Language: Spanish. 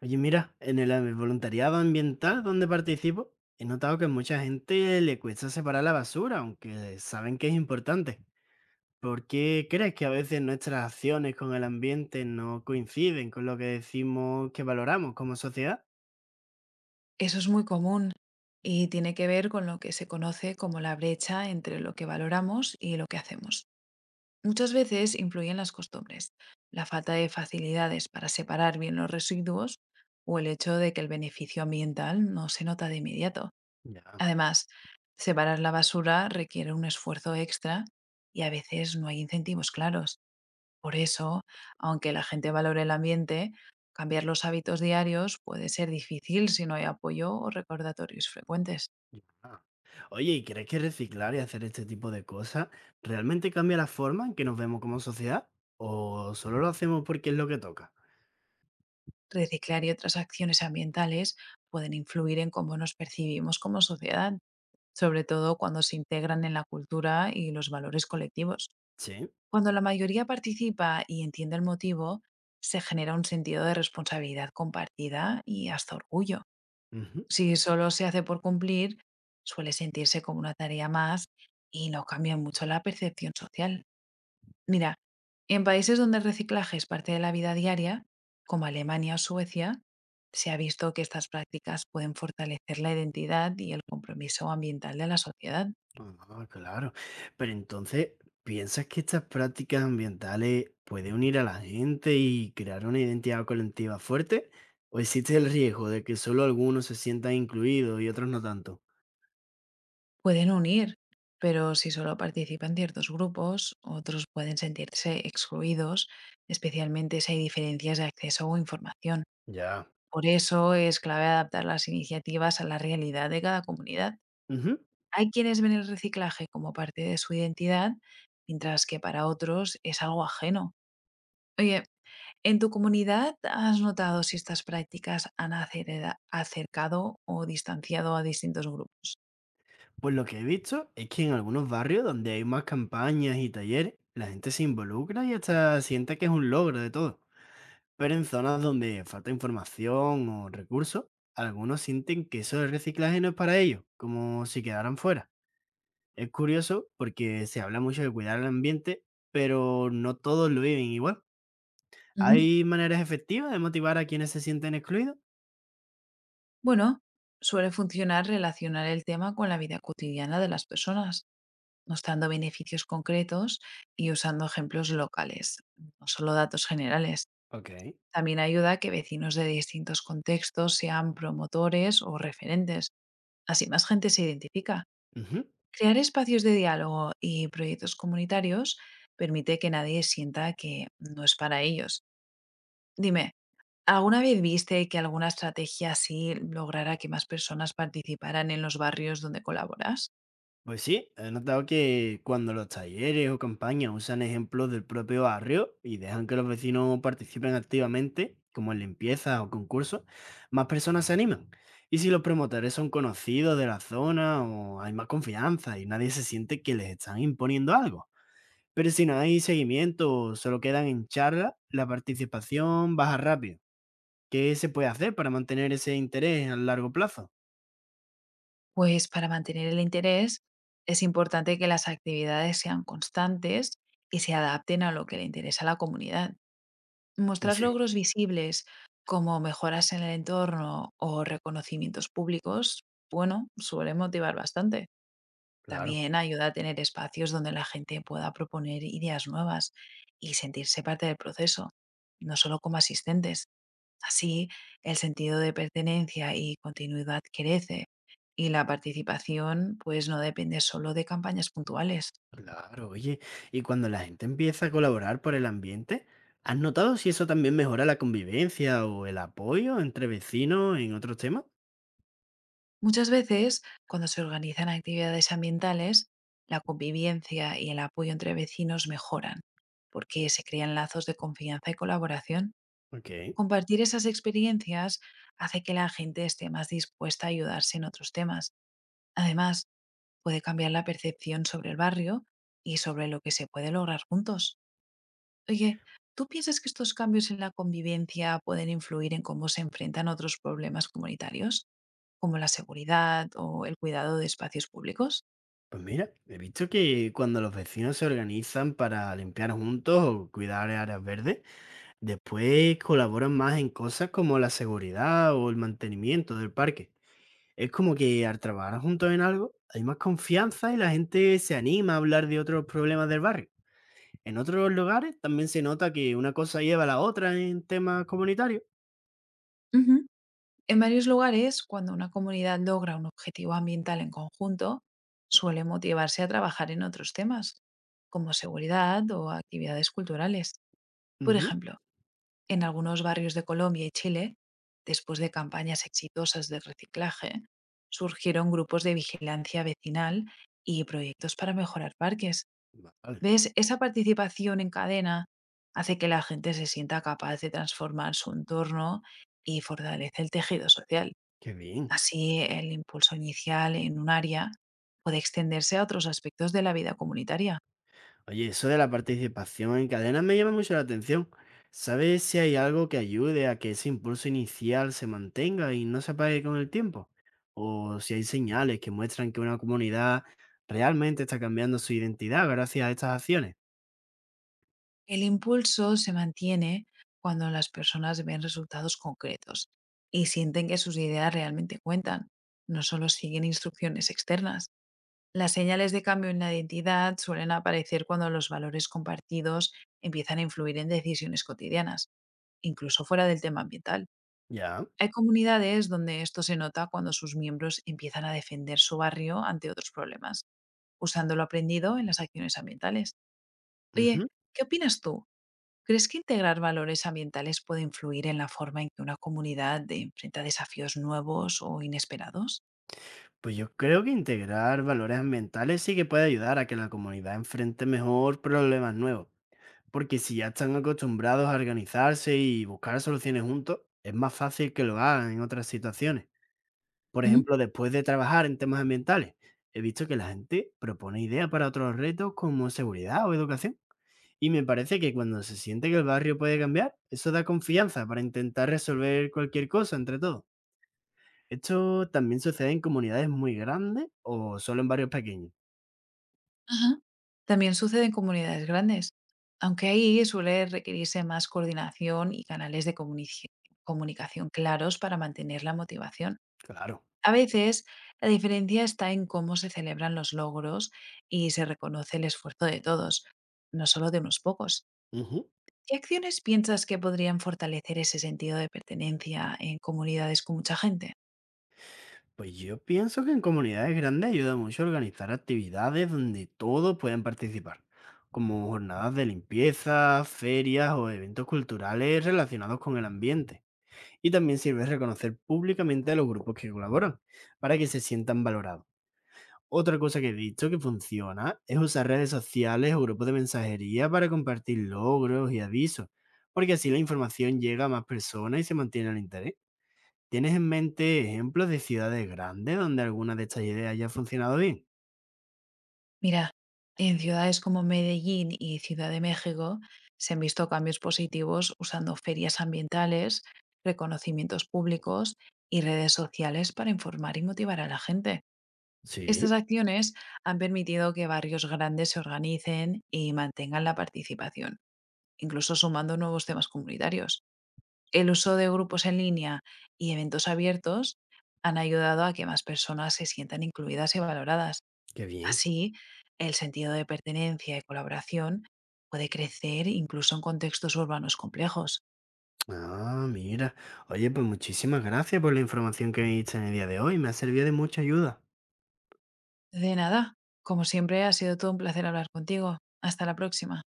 Oye, mira, en el voluntariado ambiental donde participo, he notado que a mucha gente le cuesta separar la basura, aunque saben que es importante. ¿Por qué crees que a veces nuestras acciones con el ambiente no coinciden con lo que decimos que valoramos como sociedad? Eso es muy común y tiene que ver con lo que se conoce como la brecha entre lo que valoramos y lo que hacemos. Muchas veces influyen las costumbres, la falta de facilidades para separar bien los residuos o el hecho de que el beneficio ambiental no se nota de inmediato. Ya, Además, separar la basura requiere un esfuerzo extra y a veces no hay incentivos claros. Por eso, aunque la gente valore el ambiente, cambiar los hábitos diarios puede ser difícil si no hay apoyo o recordatorios frecuentes. ya. Oye, ¿y crees que reciclar y hacer este tipo de cosas realmente cambia la forma en que nos vemos como sociedad? ¿O solo lo hacemos porque es lo que toca? Reciclar y otras acciones ambientales pueden influir en cómo nos percibimos como sociedad, sobre todo cuando se integran en la cultura y los valores colectivos. Sí. Cuando la mayoría participa y entiende el motivo, se genera un sentido de responsabilidad compartida y hasta orgullo. Si solo se hace por cumplir, suele sentirse como una tarea más y no cambia mucho la percepción social. Mira, en países donde el reciclaje es parte de la vida diaria, como Alemania o Suecia, se ha visto que estas prácticas pueden fortalecer la identidad y el compromiso ambiental de la sociedad. Ah, claro. Pero entonces, ¿piensas que estas prácticas ambientales pueden unir a la gente y crear una identidad colectiva fuerte? ¿O existe el riesgo de que solo algunos se sientan incluidos y otros no tanto? Pueden unir, pero si solo participan ciertos grupos, otros pueden sentirse excluidos, especialmente si hay diferencias de acceso o información. Ya. Por eso es clave adaptar las iniciativas a la realidad de cada comunidad. Ujú. Hay quienes ven el reciclaje como parte de su identidad, mientras que para otros es algo ajeno. Oye, ¿en tu comunidad has notado si estas prácticas han acercado o distanciado a distintos grupos? Pues lo que he visto es que en algunos barrios donde hay más campañas y talleres, la gente se involucra y hasta siente que es un logro de todo. Pero en zonas donde falta información o recursos, algunos sienten que eso del reciclaje no es para ellos, como si quedaran fuera. Es curioso porque se habla mucho de cuidar el ambiente, pero no todos lo viven igual. Ujú. ¿Hay maneras efectivas de motivar a quienes se sienten excluidos? Bueno, suele funcionar relacionar el tema con la vida cotidiana de las personas, mostrando beneficios concretos y usando ejemplos locales, no solo datos generales. Ok. También ayuda a que vecinos de distintos contextos sean promotores o referentes. Así más gente se identifica. Ujú. Crear espacios de diálogo y proyectos comunitarios permite que nadie sienta que no es para ellos. Dime, ¿alguna vez viste que alguna estrategia así lograra que más personas participaran en los barrios donde colaboras? Pues sí, he notado que cuando los talleres o campañas usan ejemplos del propio barrio y dejan que los vecinos participen activamente, como en limpiezas o concursos, más personas se animan. Y si los promotores son conocidos de la zona o hay más confianza y nadie se siente que les están imponiendo algo. Pero si no hay seguimiento, solo quedan en charla, la participación baja rápido. ¿Qué se puede hacer para mantener ese interés a largo plazo? Pues para mantener el interés es importante que las actividades sean constantes y se adapten a lo que le interesa a la comunidad. Pues Mostrar sí, logros visibles como mejoras en el entorno o reconocimientos públicos, bueno, suele motivar bastante. claro, También ayuda a tener espacios donde la gente pueda proponer ideas nuevas y sentirse parte del proceso, no solo como asistentes. Así, el sentido de pertenencia y continuidad crece y la participación pues no depende solo de campañas puntuales. claro, oye. Y cuando la gente empieza a colaborar por el ambiente, ¿has notado si eso también mejora la convivencia o el apoyo entre vecinos en otros temas? Muchas veces, cuando se organizan actividades ambientales, la convivencia y el apoyo entre vecinos mejoran, porque se crean lazos de confianza y colaboración. Ok, Compartir esas experiencias hace que la gente esté más dispuesta a ayudarse en otros temas. Además, puede cambiar la percepción sobre el barrio y sobre lo que se puede lograr juntos. Oye, ¿tú piensas que estos cambios en la convivencia pueden influir en cómo se enfrentan otros problemas comunitarios, como la seguridad o el cuidado de espacios públicos? pues mira, he visto que cuando los vecinos se organizan para limpiar juntos o cuidar áreas verdes, después colaboran más en cosas como la seguridad o el mantenimiento del parque. Es como que al trabajar juntos en algo hay más confianza y la gente se anima a hablar de otros problemas del barrio. En otros lugares también se nota que una cosa lleva a la otra en temas comunitarios. Ujú. En varios lugares, cuando una comunidad logra un objetivo ambiental en conjunto, suele motivarse a trabajar en otros temas, como seguridad o actividades culturales. Por Ujú, ejemplo, en algunos barrios de Colombia y Chile, después de campañas exitosas de reciclaje, surgieron grupos de vigilancia vecinal y proyectos para mejorar parques. vale, ¿Ves? Esa participación en cadena hace que la gente se sienta capaz de transformar su entorno y fortalece el tejido social. qué bien. Así, el impulso inicial en un área puede extenderse a otros aspectos de la vida comunitaria. Oye, eso de la participación en cadenas me llama mucho la atención. ¿Sabes si hay algo que ayude a que ese impulso inicial se mantenga y no se apague con el tiempo? ¿O si hay señales que muestran que una comunidad realmente está cambiando su identidad gracias a estas acciones? El impulso se mantiene cuando las personas ven resultados concretos y sienten que sus ideas realmente cuentan, no solo siguen instrucciones externas. Las señales de cambio en la identidad suelen aparecer cuando los valores compartidos empiezan a influir en decisiones cotidianas, incluso fuera del tema ambiental. Ya. Hay comunidades donde esto se nota cuando sus miembros empiezan a defender su barrio ante otros problemas, usando lo aprendido en las acciones ambientales. Ujú. Oye, ¿qué opinas tú? ¿Crees que integrar valores ambientales puede influir en la forma en que una comunidad enfrenta desafíos nuevos o inesperados? Pues yo creo que integrar valores ambientales sí que puede ayudar a que la comunidad enfrente mejor problemas nuevos, porque si ya están acostumbrados a organizarse y buscar soluciones juntos, es más fácil que lo hagan en otras situaciones. Por ejemplo, después de trabajar en temas ambientales, he visto que la gente propone ideas para otros retos como seguridad o educación. Y me parece que cuando se siente que el barrio puede cambiar, eso da confianza para intentar resolver cualquier cosa entre todos. ¿Esto también sucede en comunidades muy grandes o solo en barrios pequeños? Ajá. También sucede en comunidades grandes, aunque ahí suele requerirse más coordinación y canales de comunicación claros para mantener la motivación. Claro. A veces, la diferencia está en cómo se celebran los logros y se reconoce el esfuerzo de todos, no solo de unos pocos. Ujú. ¿Qué acciones piensas que podrían fortalecer ese sentido de pertenencia en comunidades con mucha gente? Pues yo pienso que en comunidades grandes ayuda mucho a organizar actividades donde todos puedan participar, como jornadas de limpieza, ferias o eventos culturales relacionados con el ambiente. Y también sirve reconocer públicamente a los grupos que colaboran, para que se sientan valorados. Otra cosa que he visto que funciona es usar redes sociales o grupos de mensajería para compartir logros y avisos, porque así la información llega a más personas y se mantiene el interés. ¿Tienes en mente ejemplos de ciudades grandes donde alguna de estas ideas haya funcionado bien? Mira, en ciudades como Medellín y Ciudad de México se han visto cambios positivos usando ferias ambientales, reconocimientos públicos y redes sociales para informar y motivar a la gente. Estas Sí, acciones han permitido que barrios grandes se organicen y mantengan la participación, incluso sumando nuevos temas comunitarios. El uso de grupos en línea y eventos abiertos han ayudado a que más personas se sientan incluidas y valoradas. qué bien. Así, el sentido de pertenencia y colaboración puede crecer incluso en contextos urbanos complejos. Ah, mira. Oye, pues muchísimas gracias por la información que me diste en el día de hoy. Me ha servido de mucha ayuda. De nada, como siempre, ha sido todo un placer hablar contigo. Hasta la próxima.